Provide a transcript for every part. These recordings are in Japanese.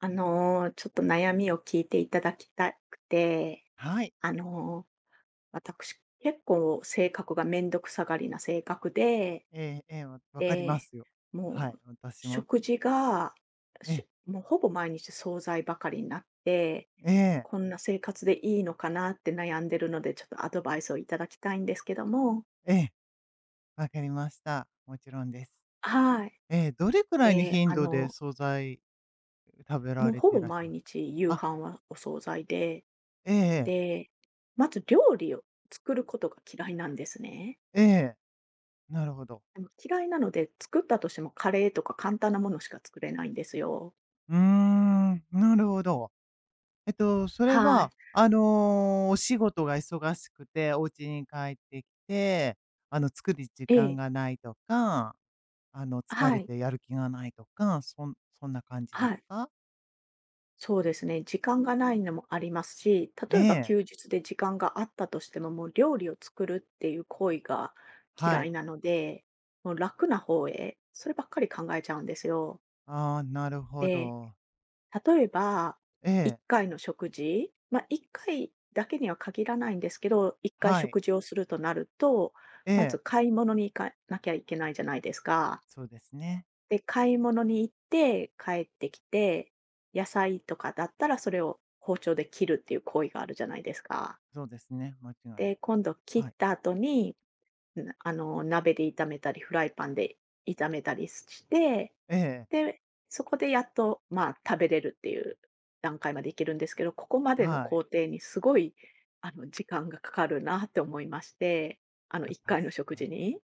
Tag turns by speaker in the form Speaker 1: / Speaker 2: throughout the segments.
Speaker 1: ちょっと悩みを聞いていただきたくて、
Speaker 2: はい。
Speaker 1: あの、私、結構性格がめんどくさがりな性格で、
Speaker 2: わかりま
Speaker 1: で、
Speaker 2: すよ。は
Speaker 1: も
Speaker 2: い、
Speaker 1: う
Speaker 2: 私も、
Speaker 1: 食事が、
Speaker 2: ええ、
Speaker 1: しもうほぼ毎日惣菜ばかりになって、
Speaker 2: ええ、
Speaker 1: こんな生活でいいのかなって悩んでるので、ちょっとアドバイスをいただきたいんですけども、
Speaker 2: ええ、わかりました。もちろんです。
Speaker 1: はい。
Speaker 2: ええ、どれくらいの
Speaker 1: で、
Speaker 2: 頻度で惣菜食べ
Speaker 1: も
Speaker 2: ら
Speaker 1: う
Speaker 2: れ
Speaker 1: ほ
Speaker 2: てい
Speaker 1: ぼ
Speaker 2: らっしゃい
Speaker 1: 毎
Speaker 2: ます？
Speaker 1: 日夕
Speaker 2: あ、
Speaker 1: 飯はお惣菜で、
Speaker 2: ええええ、
Speaker 1: で、まず料理を作ることが嫌いなんですね。
Speaker 2: えなるほど。
Speaker 1: でも嫌いなので、作ったとしてもカレーとか簡単なものしか作れないんですよ。
Speaker 2: なるほど。それ
Speaker 1: はい。
Speaker 2: は、お仕事が忙しくて、お家に帰ってきて、作る時
Speaker 1: え
Speaker 2: 間
Speaker 1: え。
Speaker 2: がないとか、疲
Speaker 1: は
Speaker 2: れ
Speaker 1: い。
Speaker 2: てやる気がないとか、そんな感じです
Speaker 1: はい。
Speaker 2: か？
Speaker 1: そうですね。時間がないのもありますし、例
Speaker 2: え
Speaker 1: えば
Speaker 2: え。
Speaker 1: 休日で時間があったとしても、もう料理を作るっていう行為が
Speaker 2: は
Speaker 1: 嫌い
Speaker 2: い。
Speaker 1: なので、もう楽な方へ、そればっかり考えちゃうんですよ。
Speaker 2: ああ、なるほ
Speaker 1: で
Speaker 2: ど。
Speaker 1: 例えば、
Speaker 2: え
Speaker 1: 1
Speaker 2: え、
Speaker 1: 回の食事、まあ、1回だけには限らないんですけど、1回
Speaker 2: はい。
Speaker 1: 食事をするとなると、
Speaker 2: え
Speaker 1: まず
Speaker 2: え、
Speaker 1: 買い物に行かなきゃいけないじゃないですか。
Speaker 2: そうですね。
Speaker 1: で、買い物に行って帰ってきて、野菜とかだったらそれを包丁で切るっていう行為があるじゃないですか。
Speaker 2: そうですね。間違いない。
Speaker 1: で、今度切
Speaker 2: は
Speaker 1: っ
Speaker 2: い。
Speaker 1: た後に、鍋で炒めたり、フライパンで炒めたりして、
Speaker 2: ええ、
Speaker 1: で、そこでやっと、まあ、食べれるっていう段階までいけるんですけど、ここまでの
Speaker 2: は
Speaker 1: 工
Speaker 2: い。
Speaker 1: 程にすごい、時間がかかるなって思いまして、あの、
Speaker 2: あ、
Speaker 1: 1回
Speaker 2: 確
Speaker 1: の食
Speaker 2: か
Speaker 1: 事
Speaker 2: に。
Speaker 1: に。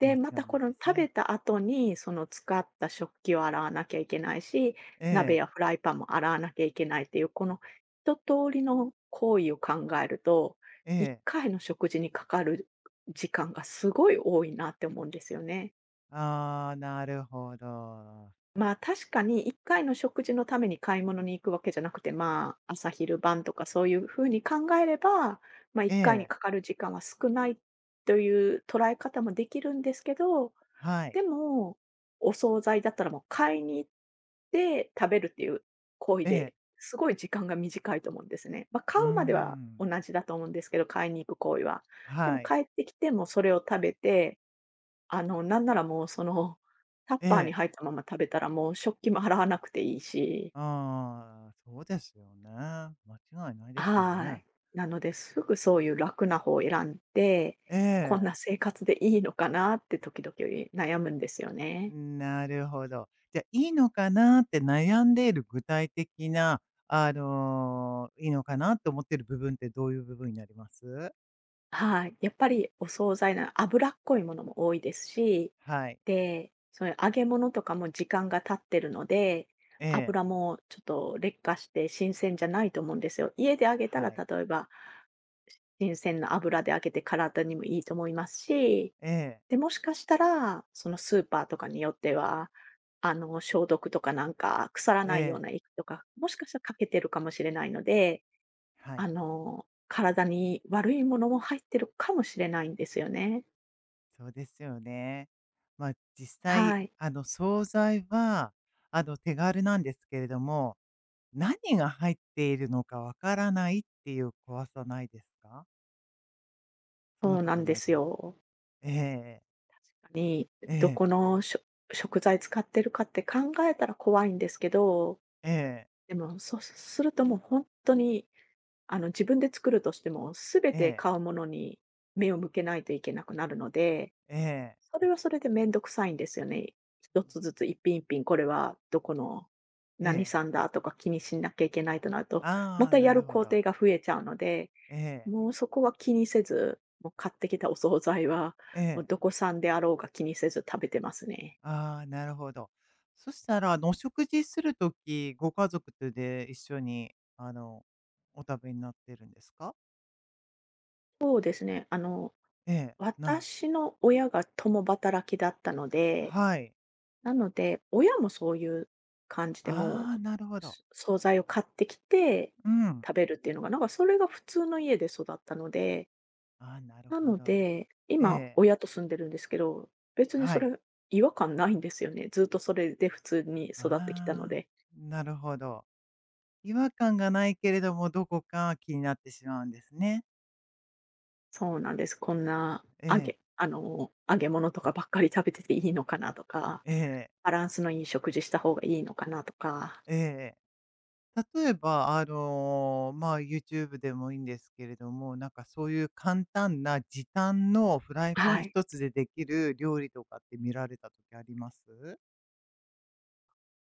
Speaker 2: 間違
Speaker 1: また
Speaker 2: い
Speaker 1: こ
Speaker 2: ない
Speaker 1: の
Speaker 2: です
Speaker 1: 食べ
Speaker 2: ね。
Speaker 1: た後に、その使った食器を洗わなきゃいけないし、
Speaker 2: え
Speaker 1: 鍋
Speaker 2: え、
Speaker 1: やフライパンも洗わなきゃいけないっていう、この一通りの行為を考えると、
Speaker 2: え
Speaker 1: 1
Speaker 2: え。
Speaker 1: 回の食事にかかる時間がすごい多いなって思うんですよね。
Speaker 2: ああ、なるほど。
Speaker 1: まあ、確かに1回の食事のために買い物に行くわけじゃなくて、まあ、朝昼晩とかそういう風に考えれば、まあ、1
Speaker 2: え
Speaker 1: 回に
Speaker 2: え、
Speaker 1: かかる時間は少ないという捉え方もできるんですけど、
Speaker 2: はい。
Speaker 1: でも、お惣菜だったらもう買いに行って食べるっていう行為
Speaker 2: ええ、
Speaker 1: ですごい時間が短いと思うんですね。まあ、
Speaker 2: う
Speaker 1: 買
Speaker 2: ー
Speaker 1: うまでは同
Speaker 2: ん。
Speaker 1: じだと思うんですけど、買いに行く行為は。でも
Speaker 2: はい。
Speaker 1: 帰ってきてもそれを食べてなんならもうその、タッ
Speaker 2: え
Speaker 1: パーに
Speaker 2: え、
Speaker 1: 入ったまま食べたらもう食器も払わなくていいし、
Speaker 2: ああ、そうですよね。間違いないです
Speaker 1: は
Speaker 2: ね。
Speaker 1: い。なので、すぐそういう楽な方を選んで、
Speaker 2: え
Speaker 1: こん
Speaker 2: え。
Speaker 1: な生活でいいのかなって時々悩むんですよね。
Speaker 2: なるほど。じゃあ、いいのかなって悩んでいる具体的な、いいのかなと思ってる部分ってどういう部分になります？
Speaker 1: はい。やっぱりお惣菜な脂っこいものも多いですし、
Speaker 2: はい。
Speaker 1: で、そういう揚げ物とかも時間が経ってるので、
Speaker 2: ええ。
Speaker 1: 油もちょっと劣化して新鮮じゃないと思うんですよ。家で揚げたら
Speaker 2: はい。
Speaker 1: 例えば新鮮な油で揚げて体にもいいと思いますし、
Speaker 2: ええ。
Speaker 1: で、もしかしたら、そのスーパーとかによっては、消毒とかなんか、腐ら
Speaker 2: え
Speaker 1: ないよう
Speaker 2: え。
Speaker 1: な液とか、もしかしたらかけてるかもしれないので、
Speaker 2: は
Speaker 1: あ
Speaker 2: い。
Speaker 1: の、体に悪いものも入ってるかもしれないんですよね。
Speaker 2: そうですよね。まあ、実際、
Speaker 1: はい。
Speaker 2: 惣菜は、手軽なんですけれども、何が入っているのかわからないっていう怖さないですか？そんな
Speaker 1: そう
Speaker 2: こ
Speaker 1: なん
Speaker 2: と
Speaker 1: で
Speaker 2: ない
Speaker 1: す
Speaker 2: です
Speaker 1: よ。確かに、ど
Speaker 2: ええ
Speaker 1: このしょ食材使ってるかって考えたら怖いんですけど、
Speaker 2: ええ。
Speaker 1: でも、そうするともう本当に自分で作るとしても、すべ
Speaker 2: ええ。え
Speaker 1: て
Speaker 2: え。
Speaker 1: 買うものに目を向けないといけなくなるので、
Speaker 2: ええ。
Speaker 1: それはそれでめんどくさいんですよね。一つずつ一品一品、これはどこの
Speaker 2: え
Speaker 1: 何
Speaker 2: え。
Speaker 1: 産だとか気にしなきゃいけないとなると、ま
Speaker 2: ああ、
Speaker 1: たや
Speaker 2: な
Speaker 1: る
Speaker 2: るほ
Speaker 1: 工
Speaker 2: ど。
Speaker 1: 程が増えちゃうので、
Speaker 2: ええ、
Speaker 1: もうそこは気にせず、もう買ってきたお惣菜は、
Speaker 2: え
Speaker 1: もう
Speaker 2: え。
Speaker 1: どこ産であろうが気にせず食べてますね。
Speaker 2: ああ、なるほど。そしたら、お食事するとき、ご家族とで一緒に、お食べになってるんですか？
Speaker 1: そうですね。
Speaker 2: ええ、な
Speaker 1: 私の親が共働きだったので、
Speaker 2: はい。
Speaker 1: なので、親もそういう感じで、も
Speaker 2: ああ、なるほ
Speaker 1: う、
Speaker 2: ど。
Speaker 1: す惣菜を買ってきて
Speaker 2: うん。
Speaker 1: 食べるっていうのが、なんかそれが普通の家で育ったので、
Speaker 2: ああ、なる
Speaker 1: な
Speaker 2: ほ
Speaker 1: の
Speaker 2: ど。
Speaker 1: で、
Speaker 2: え
Speaker 1: 今
Speaker 2: え、
Speaker 1: 親と住んでるんですけど、別にそ
Speaker 2: はい。
Speaker 1: れ違和感ないんですよね。ずっとそれで普通に育ってきたの
Speaker 2: ああ、
Speaker 1: で。
Speaker 2: なるほど。違和感がないけれども、どこか気になってしまうんですね。
Speaker 1: そうなんです。こんな
Speaker 2: ええ、
Speaker 1: 揚げ物とかばっかり食べてていいのかなとか、
Speaker 2: ええ、
Speaker 1: バランスのいい食事した方がいいのかなとか、
Speaker 2: えええ。例えば、まあ、YouTube でもいいんですけれども、なんかそういう簡単な時短のフライパ
Speaker 1: は
Speaker 2: ン
Speaker 1: い。
Speaker 2: 一つでできる料理とかって見られた時あります？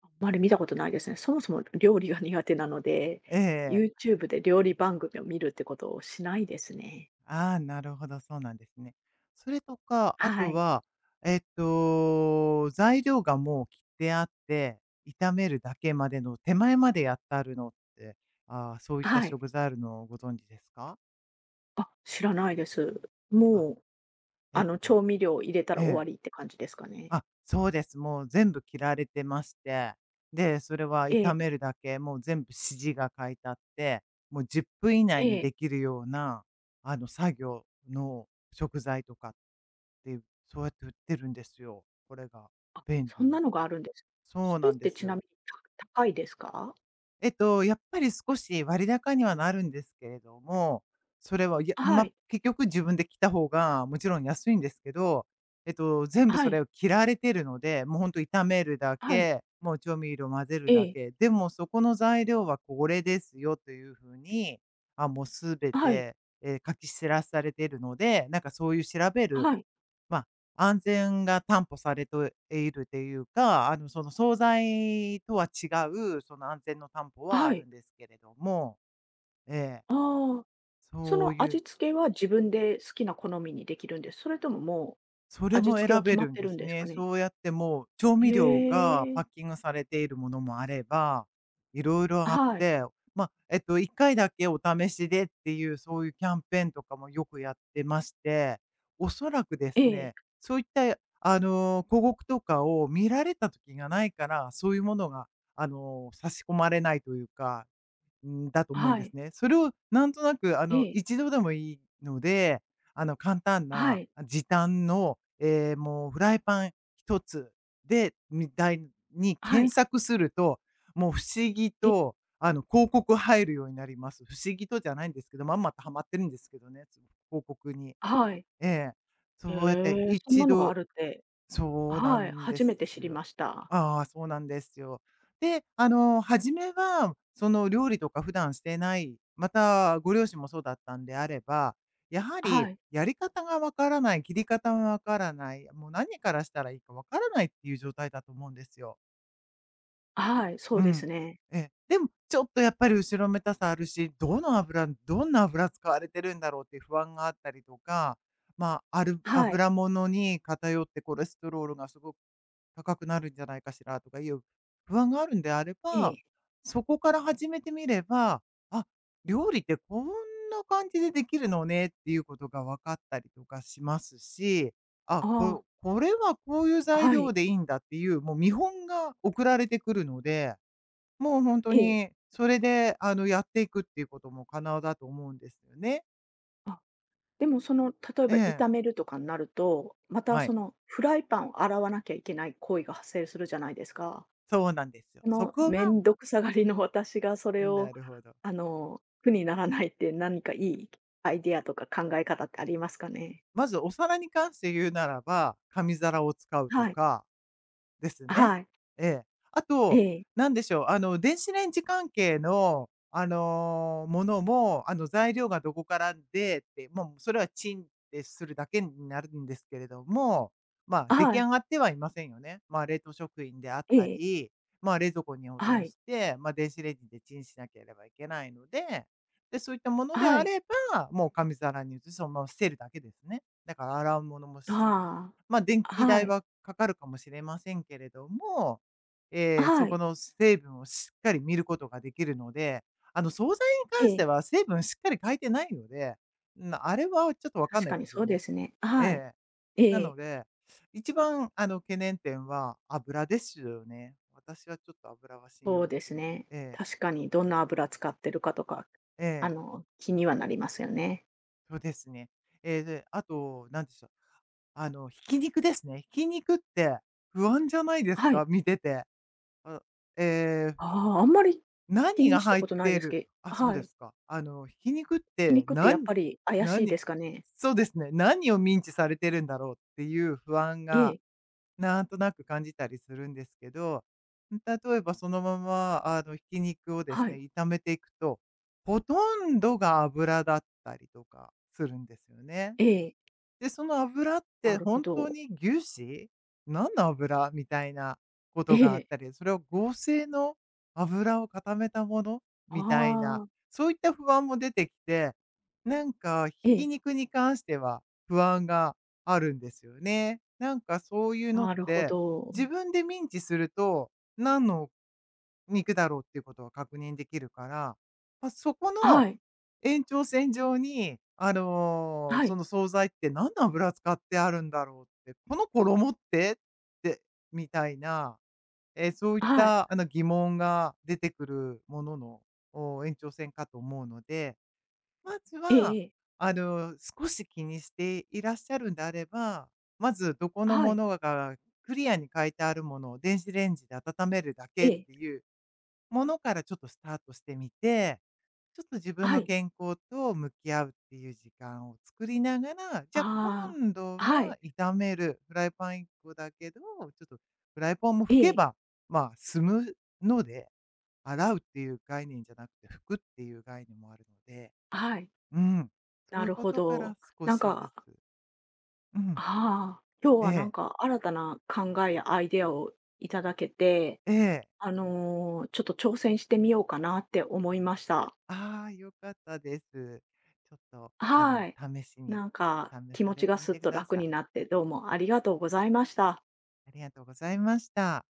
Speaker 1: あんまり見たことないですね。そもそも料理が苦手なので、
Speaker 2: ええ、
Speaker 1: YouTube で料理番組を見るってことをしないですね。
Speaker 2: ああ、なるほど、そうなんですね。それとか、あ
Speaker 1: は
Speaker 2: と
Speaker 1: い。
Speaker 2: は、材料がもう切ってあって、炒めるだけまでの手前までやってあるのって、ああ、そういった
Speaker 1: はい。
Speaker 2: 食材あるのをご存知ですか？
Speaker 1: あ、知らないです。
Speaker 2: あ、
Speaker 1: もう、
Speaker 2: ええ
Speaker 1: あ
Speaker 2: と
Speaker 1: の、
Speaker 2: です
Speaker 1: 調味料を入れたら
Speaker 2: え
Speaker 1: 終わ
Speaker 2: え。
Speaker 1: りって感じですかね。
Speaker 2: あ、そうです。もう全部切られてまして、で、それは
Speaker 1: ええ、
Speaker 2: 炒めるだけ、もう全部指示が書いてあって、もう10分以
Speaker 1: え
Speaker 2: 内に
Speaker 1: え。
Speaker 2: できるような、作業の食材とかっていう、そうやって売ってるんですよ、これが、
Speaker 1: あ、
Speaker 2: 便
Speaker 1: そ
Speaker 2: 利
Speaker 1: んな
Speaker 2: に。
Speaker 1: のがあるんです。
Speaker 2: そ
Speaker 1: そ
Speaker 2: う
Speaker 1: れ
Speaker 2: な
Speaker 1: っ
Speaker 2: んで
Speaker 1: て
Speaker 2: す
Speaker 1: ちなみ
Speaker 2: よ。
Speaker 1: に、高いですか？
Speaker 2: やっぱり少し割高にはなるんですけれども、それは、
Speaker 1: は
Speaker 2: ま、
Speaker 1: い、
Speaker 2: 結局自分で着た方がもちろん安いんですけど、全部
Speaker 1: は
Speaker 2: そ
Speaker 1: い、
Speaker 2: れを着られてるので、もうほんと炒めるだ
Speaker 1: はい、
Speaker 2: け、もう調味料混ぜる
Speaker 1: え
Speaker 2: だ
Speaker 1: え、
Speaker 2: け、でもそこの材料はこれですよという風に、もう全
Speaker 1: はい、
Speaker 2: て、書き知らされているので、なんかそういう調べる
Speaker 1: はい、
Speaker 2: まあ、安全が担保されているというか、その惣菜とは違う、その安全の担保は
Speaker 1: は
Speaker 2: ある
Speaker 1: い。
Speaker 2: んですけれども、ええ、
Speaker 1: ああ、そ
Speaker 2: そう
Speaker 1: の
Speaker 2: い
Speaker 1: 味
Speaker 2: う
Speaker 1: 付けは自分で好きな好みにできるんです？それとももう
Speaker 2: それ
Speaker 1: 味
Speaker 2: も
Speaker 1: 付けは
Speaker 2: 選
Speaker 1: 決
Speaker 2: べ
Speaker 1: まっ
Speaker 2: るん
Speaker 1: て
Speaker 2: で
Speaker 1: るん
Speaker 2: す
Speaker 1: ですか
Speaker 2: ね。
Speaker 1: ね？
Speaker 2: そうやってもう、調
Speaker 1: へ
Speaker 2: 味料がパ
Speaker 1: え。
Speaker 2: ッキングされているものもあれば、いろいろあっ
Speaker 1: はい。
Speaker 2: て、まあ、1回だけお試しでっていう、そういうキャンペーンとかもよくやってまして、おそらくで
Speaker 1: え
Speaker 2: す
Speaker 1: え。
Speaker 2: ね、そういった、広告とかを見られた時がないから、そういうものが、差し込まれないというかだと思うん
Speaker 1: は
Speaker 2: です
Speaker 1: い。
Speaker 2: ね。それをなんとなく
Speaker 1: ええ。
Speaker 2: 一度でもいいので、簡単
Speaker 1: は
Speaker 2: な、
Speaker 1: い。
Speaker 2: 時短の、もうフライパン一つでみたいに
Speaker 1: は
Speaker 2: 検
Speaker 1: い。
Speaker 2: 索すると、もう不思議
Speaker 1: え、
Speaker 2: と、広告入るようになります。不思議とじゃないんですけど、まんまとハマってるんですけどね、広告に。
Speaker 1: はい。
Speaker 2: ええ。
Speaker 1: へ
Speaker 2: そうやって
Speaker 1: え、そん
Speaker 2: 一
Speaker 1: なのがあ
Speaker 2: 度
Speaker 1: るって、
Speaker 2: そうな
Speaker 1: はい、
Speaker 2: んで
Speaker 1: 初め
Speaker 2: す
Speaker 1: て知り
Speaker 2: よ。
Speaker 1: ました。
Speaker 2: ああ、そうなんですよ。で、初めは、その、料理とか普段してない、またご両親もそうだったんであれば、やはり
Speaker 1: はい。
Speaker 2: やり方がわからない、切り方がわからない、もう何からしたらいいかわからないっていう状態だと思うんですよ。
Speaker 1: はい、そう
Speaker 2: う
Speaker 1: で
Speaker 2: ん。
Speaker 1: すね。
Speaker 2: えでも、ちょっとやっぱり後ろめたさあるし、どの油どんな油使われてるんだろうっていう不安があったりとか、まあ、ある
Speaker 1: はい。
Speaker 2: 油物に偏ってコレステロールがすごく高くなるんじゃないかしらとかいう不安があるんであれ
Speaker 1: え
Speaker 2: ば、
Speaker 1: え。
Speaker 2: そこから始めてみれば、あ、料理ってこんな感じでできるのねっていうことが分かったりとかしますし、あ、
Speaker 1: あ
Speaker 2: ここれはこういう
Speaker 1: あ、
Speaker 2: 材
Speaker 1: はい。
Speaker 2: 料でいいんだっていう、もう見本が送られてくるので、もう本当
Speaker 1: ええ。
Speaker 2: にそれで、やっていくっていうことも可能だと思うんですよね。
Speaker 1: あ、でもその、例え
Speaker 2: え
Speaker 1: ば
Speaker 2: え、
Speaker 1: 炒めるとかになると、また
Speaker 2: は
Speaker 1: そ
Speaker 2: い。
Speaker 1: のフライパンを洗わなきゃいけない行為が発生するじゃないですか。
Speaker 2: そうなんですよ。
Speaker 1: こ
Speaker 2: そ
Speaker 1: の
Speaker 2: こ
Speaker 1: め
Speaker 2: は
Speaker 1: んどくさがりの私がそれ
Speaker 2: な
Speaker 1: を、
Speaker 2: るほど。
Speaker 1: あの、苦にならないって何かいいアイデアとか考え方ってありますかね？
Speaker 2: まずお皿に関して言うならば、紙皿を使うと
Speaker 1: はい。
Speaker 2: かですね。
Speaker 1: はい。
Speaker 2: ええ。あ
Speaker 1: え
Speaker 2: と、
Speaker 1: え。
Speaker 2: なんでしょう、電子レンジ関係の、ものも、材料がどこからでって、もうそれはチンってするだけになるんですけれども、まあ、出来
Speaker 1: は
Speaker 2: 上
Speaker 1: い。
Speaker 2: がってはいませんよね。まあ、冷凍食品であっ
Speaker 1: え
Speaker 2: た
Speaker 1: え。
Speaker 2: り、まあ、冷蔵庫に保
Speaker 1: は
Speaker 2: 存
Speaker 1: い。
Speaker 2: して、まあ、電子レンジでチンしなければいけないので、で、そういったもので
Speaker 1: は
Speaker 2: あ
Speaker 1: い。
Speaker 2: れば、もう紙皿に移して、そのまま捨てるだけですね。だから洗うものもし
Speaker 1: あ
Speaker 2: まあ、電
Speaker 1: あ。
Speaker 2: 気
Speaker 1: は
Speaker 2: 代
Speaker 1: い。
Speaker 2: はかかるかもしれませんけれども、そ
Speaker 1: は
Speaker 2: こ
Speaker 1: い。
Speaker 2: の成分をしっかり見ることができるので、惣菜に
Speaker 1: え
Speaker 2: 関して
Speaker 1: え。
Speaker 2: は成分しっかり書いてないので、あれはちょっとわかん
Speaker 1: 確
Speaker 2: ない
Speaker 1: かに
Speaker 2: です
Speaker 1: そ
Speaker 2: よ
Speaker 1: うで
Speaker 2: ね。
Speaker 1: すね。
Speaker 2: え
Speaker 1: はい。
Speaker 2: え。
Speaker 1: え
Speaker 2: なの
Speaker 1: え。
Speaker 2: で、一番、懸念点は油ですよね。私はちょっと油は信
Speaker 1: そ
Speaker 2: 用
Speaker 1: う
Speaker 2: で
Speaker 1: で
Speaker 2: き
Speaker 1: す
Speaker 2: ない。
Speaker 1: ね。
Speaker 2: ええ、
Speaker 1: 確かにどんな油使ってるかとか、
Speaker 2: え
Speaker 1: あ
Speaker 2: え、
Speaker 1: の、気にはなりますよね。
Speaker 2: そうですね。ええ、で、あと、なんでしょう、ひき肉ですね。ひき肉って不安じゃないです
Speaker 1: はい。
Speaker 2: か？見てて。あ、ええ、
Speaker 1: ああ、あんまり気
Speaker 2: 何
Speaker 1: に
Speaker 2: が
Speaker 1: した
Speaker 2: 入っ
Speaker 1: ことない
Speaker 2: てい
Speaker 1: です
Speaker 2: る
Speaker 1: けど、
Speaker 2: そう
Speaker 1: は
Speaker 2: で
Speaker 1: い。
Speaker 2: すか。ひき肉って
Speaker 1: 肉ってやっ
Speaker 2: 何、
Speaker 1: ぱり怪
Speaker 2: な
Speaker 1: しいで
Speaker 2: 何
Speaker 1: すかね？
Speaker 2: そうですね、何をミンチされてるんだろうっていう不安
Speaker 1: え
Speaker 2: が
Speaker 1: え、
Speaker 2: なんとなく感じたりするんですけど、例えばそのまま、ひき肉をです
Speaker 1: は
Speaker 2: ね、
Speaker 1: い。
Speaker 2: 炒めていくと、ほとんどが油だったりとかするんですよね。
Speaker 1: ええ、
Speaker 2: で、その油っ
Speaker 1: な
Speaker 2: て
Speaker 1: るほ
Speaker 2: 本当
Speaker 1: ど。
Speaker 2: に牛脂？何の油？みたいなこと
Speaker 1: え
Speaker 2: があっ
Speaker 1: え、
Speaker 2: たり、それを合成の油を固めたものみたいな、
Speaker 1: ああ、
Speaker 2: そういった不安も出てきて、なんかひ
Speaker 1: え
Speaker 2: き
Speaker 1: え、
Speaker 2: 肉に関しては不安があるんですよね。なんかそういうのっ
Speaker 1: なるほ
Speaker 2: て、
Speaker 1: ど。
Speaker 2: 自分でミンチすると、何の肉だろうっていうことは確認できるから、ま、そこの
Speaker 1: はい、
Speaker 2: 延長線上に、
Speaker 1: は
Speaker 2: そ
Speaker 1: い、
Speaker 2: の惣菜って何の油使ってあるんだろうって、この衣って、って、みたいな、そういっ
Speaker 1: はい、
Speaker 2: た疑問が出てくるものの、お延長線かと思うので、まず
Speaker 1: ええ
Speaker 2: は、
Speaker 1: ええ、
Speaker 2: 少し気にしていらっしゃるんであれば、まずどこの
Speaker 1: は
Speaker 2: も
Speaker 1: い、
Speaker 2: のがクリアに書いてあるものを電子レンジで温めるだ
Speaker 1: え
Speaker 2: けっ
Speaker 1: え、
Speaker 2: ていうものからちょっとスタートしてみて、ちょっと自分
Speaker 1: は
Speaker 2: の
Speaker 1: い、
Speaker 2: 健康と向き合うっていう時間を作りながら、じゃあ
Speaker 1: あ
Speaker 2: 今度
Speaker 1: あ、はい、
Speaker 2: は炒めるフライパン一個だけど、ちょっとフライパンも
Speaker 1: え
Speaker 2: 拭け
Speaker 1: え、
Speaker 2: ば、まあ、済むので、洗うっていう概念じゃなくて拭くっていう概念もあるので、
Speaker 1: はい、
Speaker 2: うん、そ
Speaker 1: な
Speaker 2: ういう
Speaker 1: る
Speaker 2: こ
Speaker 1: ほ
Speaker 2: とか
Speaker 1: ど。
Speaker 2: ら少
Speaker 1: なん
Speaker 2: しずつ、
Speaker 1: か、
Speaker 2: うん、
Speaker 1: ああ、今日
Speaker 2: え
Speaker 1: はなん
Speaker 2: え、
Speaker 1: か新たな考えやアイデアをいただけて、
Speaker 2: ええ、
Speaker 1: あの、ちょっと挑戦してみようかなって思いました。
Speaker 2: ああ、よかったです。ちょっと、
Speaker 1: はい。
Speaker 2: 試しに
Speaker 1: なんか
Speaker 2: 試
Speaker 1: 気
Speaker 2: さ
Speaker 1: 持
Speaker 2: れ
Speaker 1: ちが
Speaker 2: てみ
Speaker 1: すっ
Speaker 2: てく
Speaker 1: と
Speaker 2: だ
Speaker 1: 楽
Speaker 2: さ
Speaker 1: に
Speaker 2: い。
Speaker 1: なって、どうもありがとうございました。
Speaker 2: ありがとうございました。